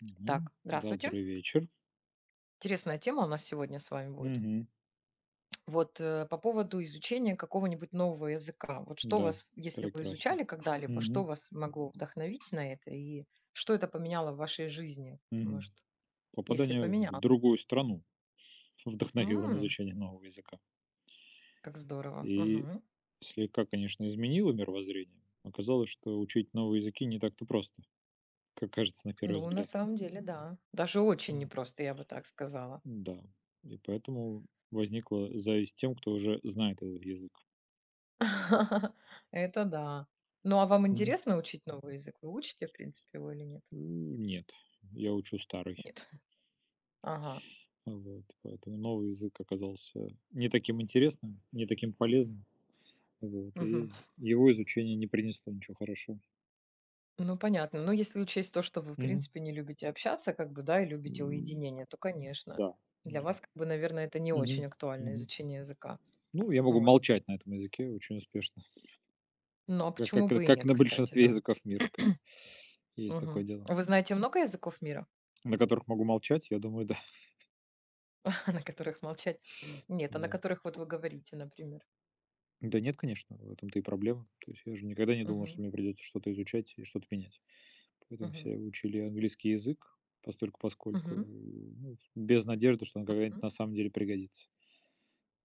Мгм. Так, здравствуйте. Добрый вечер. Интересная тема у нас сегодня с вами будет. Мгм. Вот по поводу изучения какого-нибудь нового языка. Вот что Да, вас, если вы прекрасно. изучали когда-либо, Мгм. что вас могло вдохновить на это и что это поменяло в вашей жизни, Мгм. может, если Попадание в поменяло? другую страну вдохновило на М, изучение нового языка. как здорово. И Мгм. слегка, конечно, изменило мировоззрение. Оказалось, что учить новые языки не так-то просто, как кажется на первый Ну, на взгляд. самом деле, да. Даже очень Вот. непросто, я бы так сказала. Да. И поэтому возникла зависть тем, кто уже знает этот язык. Это да. Ну, а вам Мгм. интересно учить новый язык? Вы учите, в принципе, его или нет? Нет, я учу старый. Нет. Ага. Вот, поэтому новый язык оказался не таким интересным, не таким полезным. Вот, Мгм. и его изучение не принесло ничего хорошего. Ну, понятно. Но если учесть то, что вы, в Мгм. принципе, не любите общаться, как бы, да, и любите М, уединение, то, конечно, Да, для да. вас, как бы, наверное, это не Мгм, очень актуально мгм. изучение языка. Ну, я могу Вот. молчать на этом языке очень успешно, Но почему бы и как нет, на кстати, большинстве да. языков мира. Как бы. Есть такое Мгм. дело. Вы знаете много языков мира, На которых могу молчать, я думаю, да. на которых молчать? Нет, а на Да. которых вот вы говорите, например. Да нет, конечно, в этом-то и проблема. То есть я же никогда не думал, что Мгм. мне придется что-то изучать и что-то менять. Поэтому Мгм. все учили английский язык постольку поскольку, Мгм. ну, без надежды, что он когда-нибудь М. на самом деле пригодится.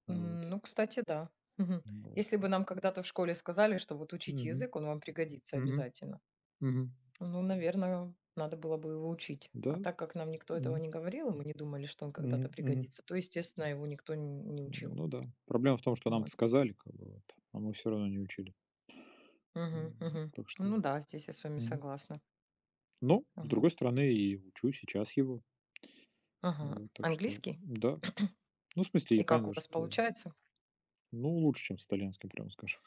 А, вот. Ну, кстати, да. Мгм. Вот. Если бы нам когда-то в школе сказали, что вот учите Мгм. язык, он вам пригодится Мгм. обязательно. Мгм. Ну, наверное, надо было бы его учить. Да. А так как нам никто этого Мгм. не говорил, и мы не думали, что он когда-то Мгм. Мгм. пригодится, то, естественно, его никто не учил. Ну да. Проблема в том, что нам-то Вот. сказали, как бы, вот, а мы все равно не учили. Мгм, мгм. Так что. Ну да, здесь я с вами Мгм. согласна. Но, с другой Вот. стороны, и учу сейчас его. Ага. Вот, так что Английский? да. Ну, в смысле, я И как у понял, вас что. получается? Ну, лучше, чем с итальянским, прямо скажем.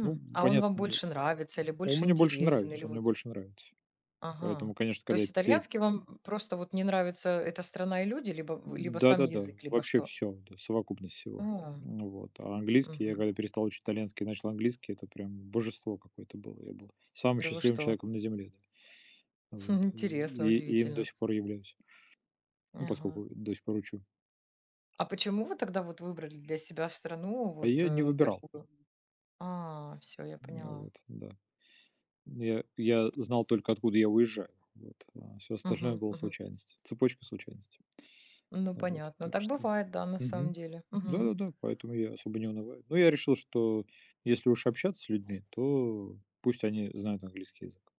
Ну, А он вам понятное дело. больше нравится или Он больше мне больше интересен? нравится, Или он мне вот. больше нравится. Ага. Поэтому, конечно, То когда я есть пере. итальянский вам просто вот не нравится эта страна и люди, либо, либо сам Да-да-да, язык, либо вообще что? все, да, совокупность всего. А, Ну вот. А английский, я мгм. когда перестал учить итальянский и начал английский, это прям божество какое-то было. Я был самым Да вы счастливым что? человеком на земле, да. А вот. Интересно, И им до удивительно. сих пор являюсь, ну, Ага. поскольку до сих пор учу. А почему вы тогда вот выбрали для себя страну А вот, я не выбирал. такую? А, всё, я поняла. Вот, да. Я знал только, откуда я уезжаю. Вот, а всё остальное Мгм, было мгм. случайность, цепочка случайностей. Ну, Вот, понятно. так Так что. бывает, да, на самом Мгм. деле. Мгм. Да-да-да, поэтому я особо не унываю. Но я решил, что если уж общаться с людьми, то пусть они знают английский язык.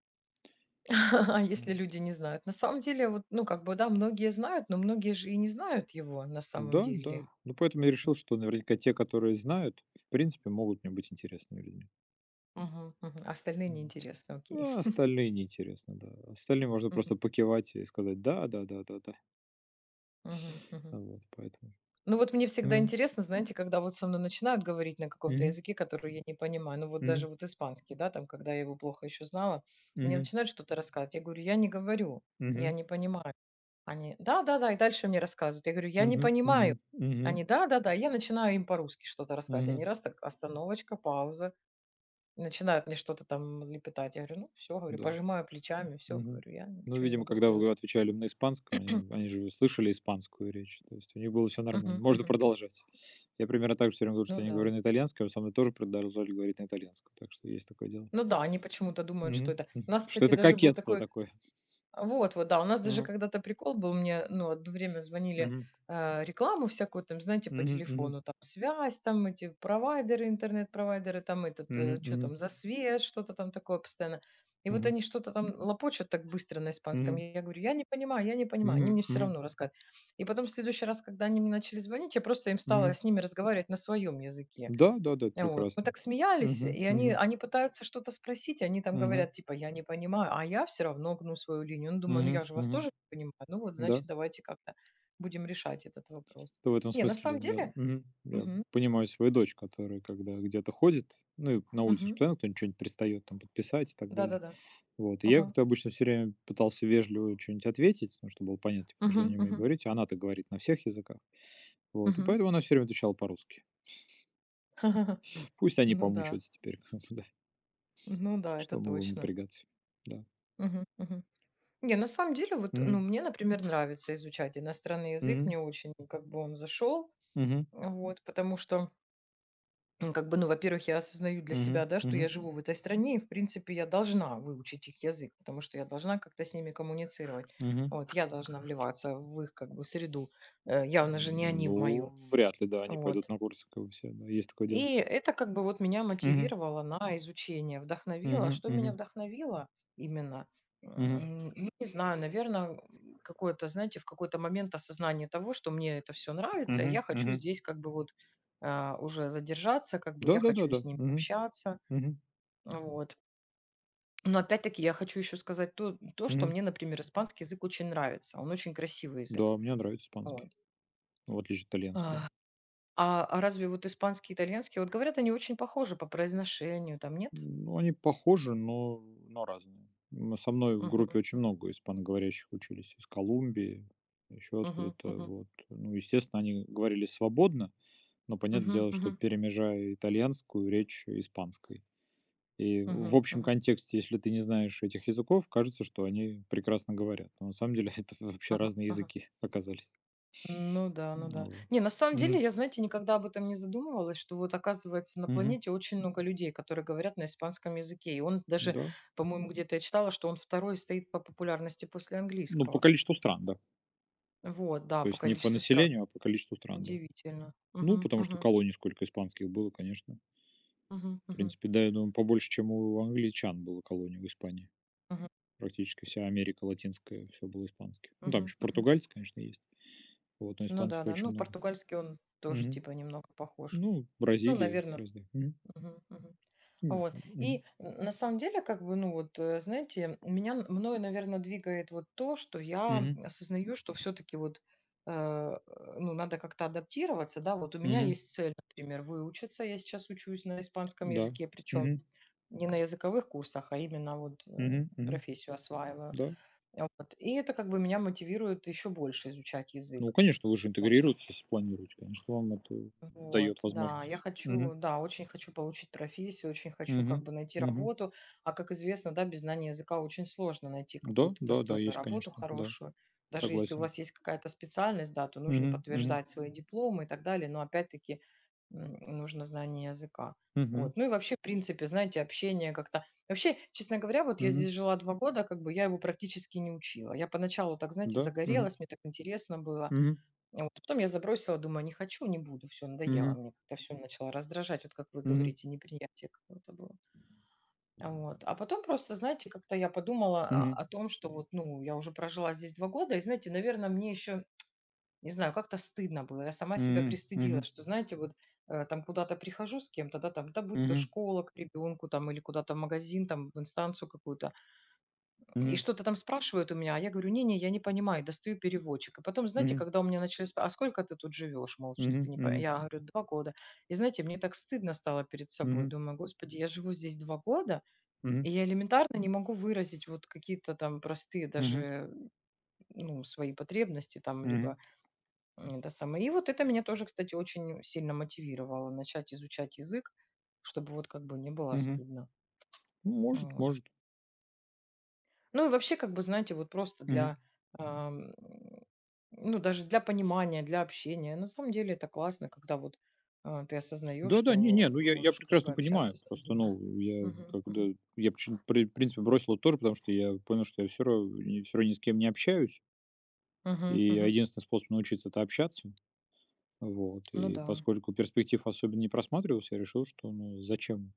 А если Вот. люди не знают. На самом деле, вот, ну, как бы, да, многие знают, но многие же и не знают его на самом Да, деле. да. Ну, поэтому я Вот. решил, что наверняка те, которые знают, в принципе, могут мне быть интересными людьми. Мгм, мгм. А остальные Вот. неинтересно, окей. А остальные неинтересно, да. Остальные можно просто Мгм, покивать и сказать: "Да, да, да, да, да". мгм, мгм. Вот, поэтому. Ну вот мне всегда интересно, знаете, когда вот со мной начинают говорить на каком-то Мгм. языке, который я не понимаю, ну вот Мгм. даже вот испанский, да, там, когда я его плохо еще знала, мне Мгм. начинают что-то рассказывать. Я говорю, я Мгм. не понимаю. Они, да, да, да, и дальше мне рассказывают. Я говорю, я не Мгм. понимаю. Мгм. Мгм. Они, да, да, да, и я начинаю им по-русски что-то рассказывать. Они Мгм. раз так, остановочка, пауза, и начинают мне что-то там лепетать. Я говорю, ну все, говорю, Да. пожимаю плечами, все, Мгм. говорю, я Ну, ничего не видимо, могу когда сделать. вы отвечали им на испанском, они же слышали испанскую речь, то есть у них было все нормально. Мгм, Можно мгм. продолжать. Я примерно так же все время говорю, что Ну я не говорю да. на итальянском, а со мной тоже продолжали говорить на итальянском, так что есть такое дело. Ну да, они почему-то думают, что Мгм, это. У мгм. нас, Что кстати, это даже был кокетство такой. такое. Вот, вот, да. У нас даже Мгм, когда-то прикол был, мне, ну, одно время звонили мгм, рекламу всякую, там, знаете, по мгм, мгм, телефону, там, связь, там, эти провайдеры, интернет-провайдеры, там, этот, что мгм, там, за свет, что-то там такое постоянно. И мгм, вот мгм, они что-то там Мгм. Лопочут так быстро на испанском. мгм, Я говорю, я не понимаю, я не понимаю. Они мне мгм, все мгм. равно рассказывают. И потом в следующий раз, когда они мне начали звонить, я просто им стала Мгм. с ними разговаривать на своем языке. Да, да-да, это Вот. Мы прекрасно. так смеялись, Мгм, и они, мгм, они пытаются что-то спросить, они там мгм, говорят, типа, я не понимаю, а я все равно гну свою линию. Ну, думаю, ну я мгм, же вас мгм. тоже не понимаю. Ну вот, значит, Да. давайте как-то будем решать этот вопрос. В этом Не, на смысле, самом да. деле, Мгм. Я мгм, понимаю свою дочь, которая когда где-то ходит, ну, и на улице ж мгм, постоянно кто-нибудь что нибудь пристает, там подписать и так далее. да-да-да, Вот. И я ага, как-то обычно все время пытался вежливо что нибудь ответить, ну, чтобы было понятно, потому что я мгм, не умею мгм, говорить, а она-то говорит на всех языках. Вот. И мгм. поэтому она все время отвечала по-русски. Пусть они Ну да, помучаются теперь, как бы, да. ну да, это Что мы будем точно. напрягаться? Да. Мгм, мгм. Не, на самом деле, вот, ну, Мгм. мне, например, нравится изучать иностранный язык, Мгм. мне очень, как бы, он зашел, Мгм. вот, потому что как бы, ну, во-первых, я осознаю для Мгм. себя, да, что я Мгм. живу в этой стране, и, в принципе, я должна выучить их язык, потому что я должна как-то с ними коммуницировать. Мгм. Вот, я должна вливаться в их, как бы, среду. Явно же не они в Ну, мою. вряд ли, да, они пойдут Вот, на курсы, как бы, все, да. Есть такое дело. и это как бы вот меня Мгм. мотивировало на изучение, вдохновило. А Мгм. что меня Мгм. вдохновило именно? Мгм. Ну, не знаю, наверное, какое-то, знаете, в какой-то момент осознание того, что мне это все нравится, и я Мгм. хочу Мгм. здесь как бы вот уже задержаться, как бы я хочу Да-да-да-да. с ними Мгм. общаться, Мгм. вот. Но опять-таки я хочу еще сказать то, что Мгм. мне, например, испанский язык очень нравится. Он очень красивый язык. Да, мне нравится Вот. испанский, в отличие от А, итальянского. а разве вот испанский и итальянский, вот говорят, они очень похожи по произношению, там нет? Ну, они похожи, но разные. Со мной в Мгм, группе очень мгм, много испаноговорящих учились из Колумбии, еще мгм, откуда-то, мгм, вот. Ну, естественно, они говорили свободно, но понятное мгм, дело, что мгм, перемежая итальянскую речь испанской. И в мгм, общем мгм. контексте, если ты не знаешь этих языков, кажется, что они прекрасно говорят, но на самом деле это вообще Ага, разные ага. языки оказались. Ну да, ну да. Вот. Не, на самом деле, Мгм. я, знаете, никогда об этом не задумывалась, что вот оказывается на Мгм. планете очень много людей, которые говорят на испанском языке. И он даже, Да. по-моему, где-то я читала, что он второй стоит по популярности после Ну, по английского. количеству стран, да. Вот, да, То по есть не по количеству стран. населению, а по количеству стран, да. Удивительно. Ну, Мгм, потому что мгм, колоний сколько испанских было, конечно. мгм, В мгм, принципе, да, я думаю, побольше, чем у англичан было колоний в Испании. мгм, Практически вся Америка латинская, все было испанских. Ну, там мгм, еще мгм. португальцы, конечно, есть. Вот, но Ну испанцев да, да. очень Ну, много. португальский он тоже Мгм. типа немного похож. Ну, Ну, Бразилия как наверное. раз, да. Мгм. Мгм, мгм. М, Вот. мгм. И на самом деле, как бы, ну вот, знаете, меня, мною, наверное, двигает вот то, что я Мгм. осознаю, что все-таки вот, э, э, ну, надо как-то адаптироваться, да, вот у меня Мгм. есть цель, например, выучиться, я сейчас учусь на испанском Да. языке, причем Мгм. не на языковых курсах, а именно вот Мгм. Мгм. профессию осваиваю. Да. Вот. И это как бы меня мотивирует еще больше изучать Ну, язык. конечно, вы же Вот, интегрируетесь, если планируете. Конечно, вам это дает вот, да, я возможность. Мгм. хочу, да, очень хочу получить профессию, очень хочу как Мгм. бы найти Мгм. работу, а как известно, да, без знания языка очень сложно найти Да, какую-то да, да, достойную есть, работу, конечно, да, хорошую. Даже если у согласен. вас есть какая-то специальность, да, то нужно Мгм. Мгм. подтверждать свои дипломы и так далее, но опять-таки м, нужно знание языка. Мгм. Вот. Ну и вообще, в принципе, знаете, общение как-то. Вообще, честно говоря, вот я Мгм. здесь жила 2 года, как бы я его практически не учила. Я поначалу так, знаете, Да. Мгм. загорелась, мне так интересно было. Мгм. А вот потом я забросила, думаю: "Не хочу, не буду". Все надоело мне как-то, все начало раздражать, вот как вы Мгм. говорите, неприятие какое-то было. А вот. А потом просто, знаете, как-то я подумала Мгм. о том, что вот, ну, я уже прожила здесь 2 года, и, знаете, наверное, мне еще, не знаю, как-то стыдно было. Я сама себя пристыдила, Мгм. что, знаете, вот, там куда-то прихожу с кем-то, да, там, да будь то Мгм. школа к ребенку там или куда-то в магазин, там, в инстанцию какую-то. И Мгм. что-то там спрашивают у меня, а я говорю: "Не-не, я не понимаю". Достаю переводчик. И потом, знаете, Мгм. когда у меня начали спра "А сколько ты тут живешь?" Мол, что ты Мгм. не по Мгм. Я говорю: 2 года". И знаете, мне так стыдно стало перед собой. Мгм. Думаю: "Господи, я живу здесь 2 года, Мгм. Мгм. и я элементарно не могу выразить вот какие-то там простые Мгм. даже, ну, свои потребности там, Мгм. либо, это самое". И вот это меня тоже, кстати, очень сильно мотивировало начать изучать язык, чтобы вот как бы не было Мгм. стыдно. Может, Вот. может. Ну и вообще, как бы, знаете, вот просто Мгм. для, ам, ну, даже для понимания, для общения. На самом деле это классно, когда вот ты осознаешь, Да-да, не-не, что ну я можешь как бы прекрасно понимаю. общаться с Просто, людьми. ну, я Мгм, когда. мгм, Я почему при в принципе бросил это тоже, потому что я понял, что я все равно ни с кем не общаюсь, мгм, и, мгм. единственный способ научиться- это общаться. Вот, Ну и да. поскольку перспектив особенно не просматривался, я решил, что, ну, зачем?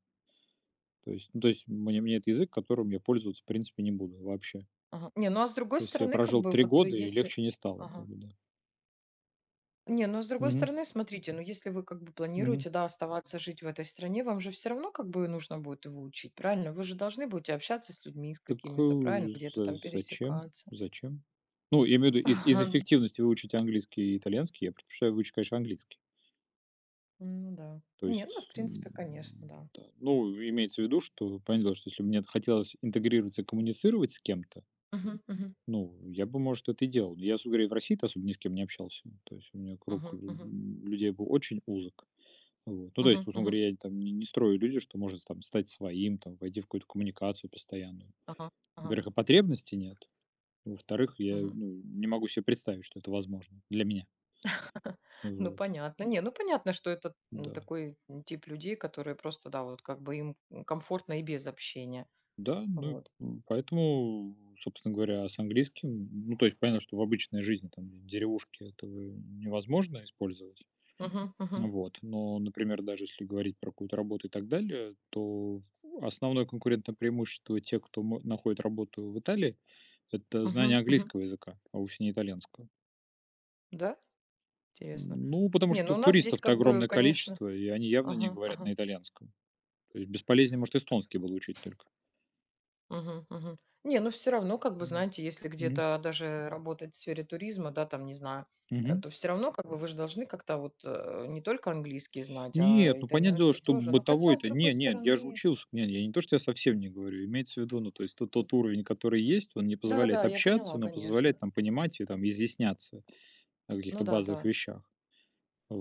То есть, ну, то есть мне это язык, которым я пользоваться в принципе не буду вообще. Ага. Не, ну а с другой То есть я стороны, как прожил бы 3 вот года, и если. легче не стало как Ага. бы, да. Не, ну а с другой Мгм. стороны, смотрите, ну если вы как бы Мгм. планируете, да, оставаться жить в этой стране, вам же все равно как бы нужно будет его учить, правильно? Вы же должны будете общаться с людьми, с Так, какими-то, правильно? Где-то за там зачем? пересекаться. Зачем? Ну, я имею в виду, из эффективности выучить английский и итальянский я предпочитаю выучить, конечно, английский. Ну да. То Не, ну, в есть, принципе, конечно, да. да. Ну, имеется в виду, что понятное дело, что если бы мне хотелось интегрироваться и коммуницировать с кем-то, Мгм, мгм, ну, я бы, может, это и делал. Я, собственно говоря, и в России-то особо ни с кем не общался. То есть у меня кругмгм, мгм, людей был очень узок. Вот. Ну, то есть, мгм, условно мгм. говоря, я там не строю иллюзию, что может там стать своим, там войти в какую-то коммуникацию постоянную. Ага, ага, Во-первых, и потребности нет. Во-вторых, я, мгм. ну, не могу себе представить, что это возможно для меня. Ну, Вот. понятно. Не, ну, понятно, что это Да. такой тип людей, которые просто, да, вот как бы им комфортно и без общения. Да, ну, Вот. Поэтому, собственно говоря, с английским, ну, то есть понятно, что в обычной жизни, там, в деревушке этого невозможно использовать. Мгм, мгм, Вот. Но, например, даже если говорить про какую-то работу и так далее, то основное конкурентное преимущество тех, кто находит работу в Италии, это знание мгм, мгм. английского языка, а вовсе не итальянского. Да? Интересно. Ну, потому Не, что ну, у нас здесь туристов-то как бы, огромное конечно. количество, и они явно не Ага, говорят ага. на итальянском. То есть бесполезнее, может, эстонский было учить только. Мгм, мгм. Не, ну все равно, как бы, М. знаете, если Мгм. где-то даже работать в сфере туризма, да, там, не знаю, Мгм. то все равно, как бы, вы же должны как-то вот, не только английский знать, Нет, а ну, понятное дело, итальянский что тоже. Ну, хотя, с бытовой-то не, другой нет, я же стороны. учился. Не, я не то, что я совсем не говорю, имеется в виду, ну, то есть тот уровень, который есть, он не позволяет Да-да, я общаться, поняла, но позволяет конечно. там понимать и там изъясняться о каких-то Ну да, базовых да. вещах.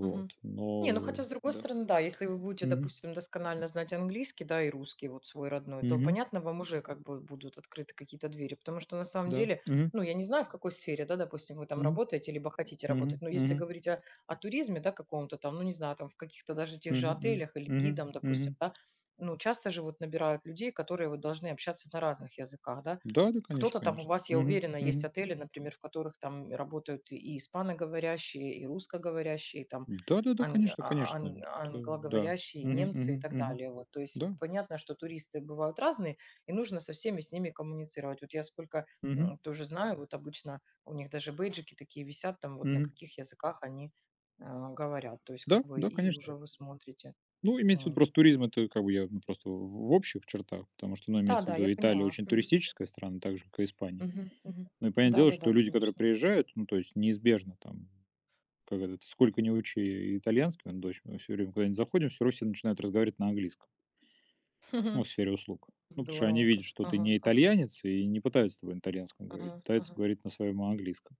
Мгм. Не, ну но хотя, с другой да. стороны, да, если вы будете, Мгм. допустим, досконально знать английский, да, и русский, вот свой родной, то, Мгм. понятно, вам уже как бы будут открыты какие-то двери. Потому что на самом Да. деле, Мгм. ну, я не знаю, в какой сфере, да, допустим, вы там Мгм. работаете, либо хотите Мгм. работать, но если Мгм. говорить о туризме, да, каком-то там, ну, не знаю, там в каких-то даже тех же Мгм. отелях или Мгм. гидам допустим, Мгм. да, ну, часто же вот набирают людей, которые вот должны общаться на разных языках, да, Да, да, конечно, кто-то там у конечно. вас, я Мгм. уверена, есть Мгм. отели, например, в которых там работают и испаноговорящие, и русскоговорящие, и там Да-да-да, конечно конечно. Д т да. англоговорящие, Мгм, немцы и мгм, так мгм. далее. Вот. То есть Да. понятно, что туристы бывают разные, и нужно со всеми с ними коммуницировать. Вот я сколько Мгм, тоже знаю, вот обычно у них даже бейджики такие висят, там вот на мгм. каких языках они э, говорят. То есть Да, как бы да, и конечно. уже вы смотрите. Ну, имеется в виду Вот. просто туризм- это как бы я, ну, просто в общих чертах, потому что, ну, Да, имеется в да, я виду, Италия поняла. очень Мгм. туристическая страна, так же, как и Испания. Мгм. Мгм. Ну и понятное Да, дело, да, что да, люди, которые конечно. приезжают, ну, то есть неизбежно там, как это, сколько не учи итальянский, он дочь мы все время куда-нибудь заходим, все равно все начинают разговаривать на английском, ну, в сфере услуг. Ну, потому что они Здорово видят, как. что ты Ага, не ага, итальянец, и не пытаются с тобой на итальянском говорить, ага, пытаются ага, говорить на своем английском.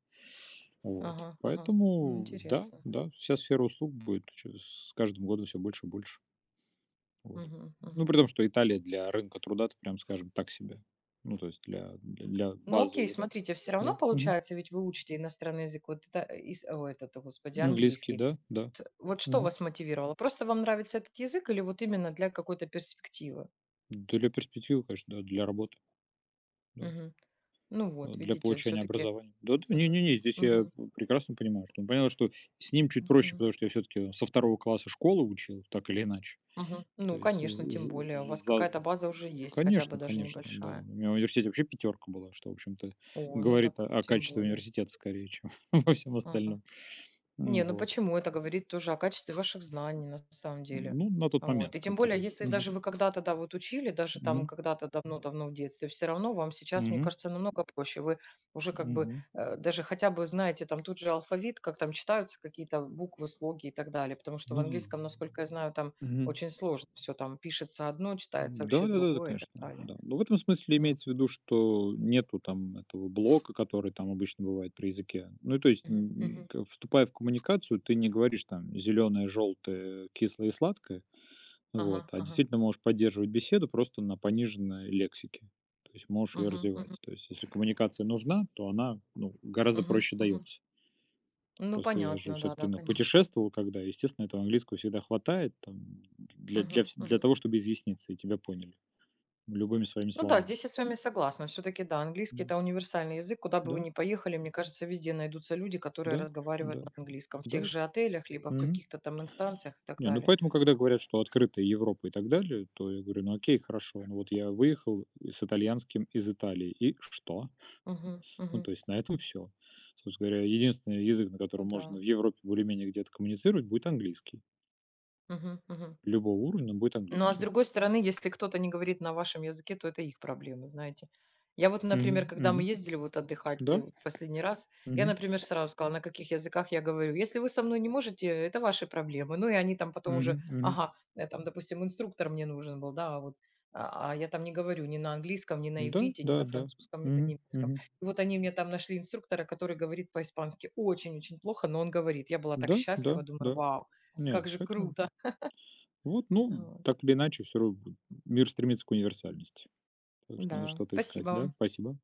Вот. ага, ага. Ну, Поэтому да, интересно. да, вся сфера услуг будет чё с каждым годом все больше и больше. Вот. Мгм. Мгм. Ну, при том, что Италия для рынка труда, то прям скажем, так себе. Ну, то есть для Ну, окей, базового, да. смотрите, все равно Да, мгм. получается, ведь вы учите иностранный язык, вот это, этот, господи, Английский, английский. да, да, Т Вот что мгм. вас мотивировало? Просто вам нравится этот язык или вот именно для какой-то перспективы? Для перспективы, конечно, да, для работы, да, Мгм. Ну вот, для видите, все получения таки. образования. Да-да, не-не-не, здесь я прекрасно понимаю, что ну, понятно, что с ним чуть проще, потому что я все таки со второго класса школы учил, так или иначе. То Ну, есть конечно, з тем з более, у вас з какая-то з база уже есть, хотя бы Конечно даже конечно, да. небольшая. У меня в университете вообще пятерка была, что, в общем-то, О, ну говорит так о тем качестве более. университета скорее, чем во всем Ага. остальном. Не, ну Вот. почему? Это говорит тоже о качестве ваших знаний на самом деле. Ну, на тот Вот. момент, И тем более, который. если Мгм. даже вы когда-то, да, вот учили, даже там Мгм. когда-то давно-давно в детстве, все равно вам сейчас, мне Мгм. кажется, намного проще. Вы уже как бы Мгм. Даже хотя бы знаете там тут же алфавит, как там читаются какие-то буквы, слоги и так далее. Потому что в Ну, английском, насколько я знаю, там мгм. очень сложно все там пишется одно, читается вообще Да-да-да, другое и так конечно, далее. да. Но в этом смысле М. имеется в виду, что нету там этого блока, который там обычно бывает при языке. Ну, и то есть, Мгм, м, мгм. к вступая в коммуникацию, ты не говоришь там зеленое, желтое, кислое и сладкое, вот, Ага, а ага. действительно можешь поддерживать беседу просто на пониженной лексике. То есть можешь ее Мгм, мгм, развивать. То есть, если коммуникация нужна, то она ну, гораздо мгм, проще мгм. дается. Ну Просто я же понятно, да, все-таки да, ну, конечно. путешествовал, когда, естественно, этого английского всегда хватает там, Мгм, для мгм. того, чтобы изъясниться, и тебя поняли. Любыми своими Ну да, словами. здесь я с вами согласна. Все-таки да, английский М, это универсальный язык. Куда бы вы да, ни поехали, мне кажется, везде найдутся люди, которые да, разговаривают да, на английском. В да, тех же отелях, либо в мгм. каких-то там инстанциях и так Не, ну, далее. поэтому, когда говорят, что открытая Европа и так далее, то я говорю: "Ну, окей, хорошо. Ну, вот я выехал и с итальянским из Италии. И что?" Мгм, Ну, мгм. то есть на этом всё. Собственно говоря, единственный язык, на Ну котором можно да. в Европе более-менее где-то коммуницировать, будет английский. Мгм, мгм. Любого уровня, но будет Ну, а с английский. другой стороны, если кто-то не говорит на вашем языке, то это их проблемы, знаете. Я вот, например, Мгм, когда мы мгм. ездили вот отдыхать Да, вот последний раз, я, мгм, например, сразу сказала, на каких языках я говорю. Если вы со мной не можете, это ваши проблемы. Ну, и они там потом уже, мгм, мгм. ага, там, допустим, инструктор мне нужен был, да, а вот я там не говорю ни на английском, ни на Да, иврите, ни да, на да. французском, ни на Мгм, немецком. мгм. И вот они мне там нашли инструктора, который говорит по-испански очень-очень плохо, но он говорит. Я была так Да, да, счастлива, думаю, да. вау, Не, как же поэтому круто. Вот, ну, Вот. так или иначе, все равно мир стремится к универсальности. Так что надо Да, что-то искать, да? спасибо. Спасибо.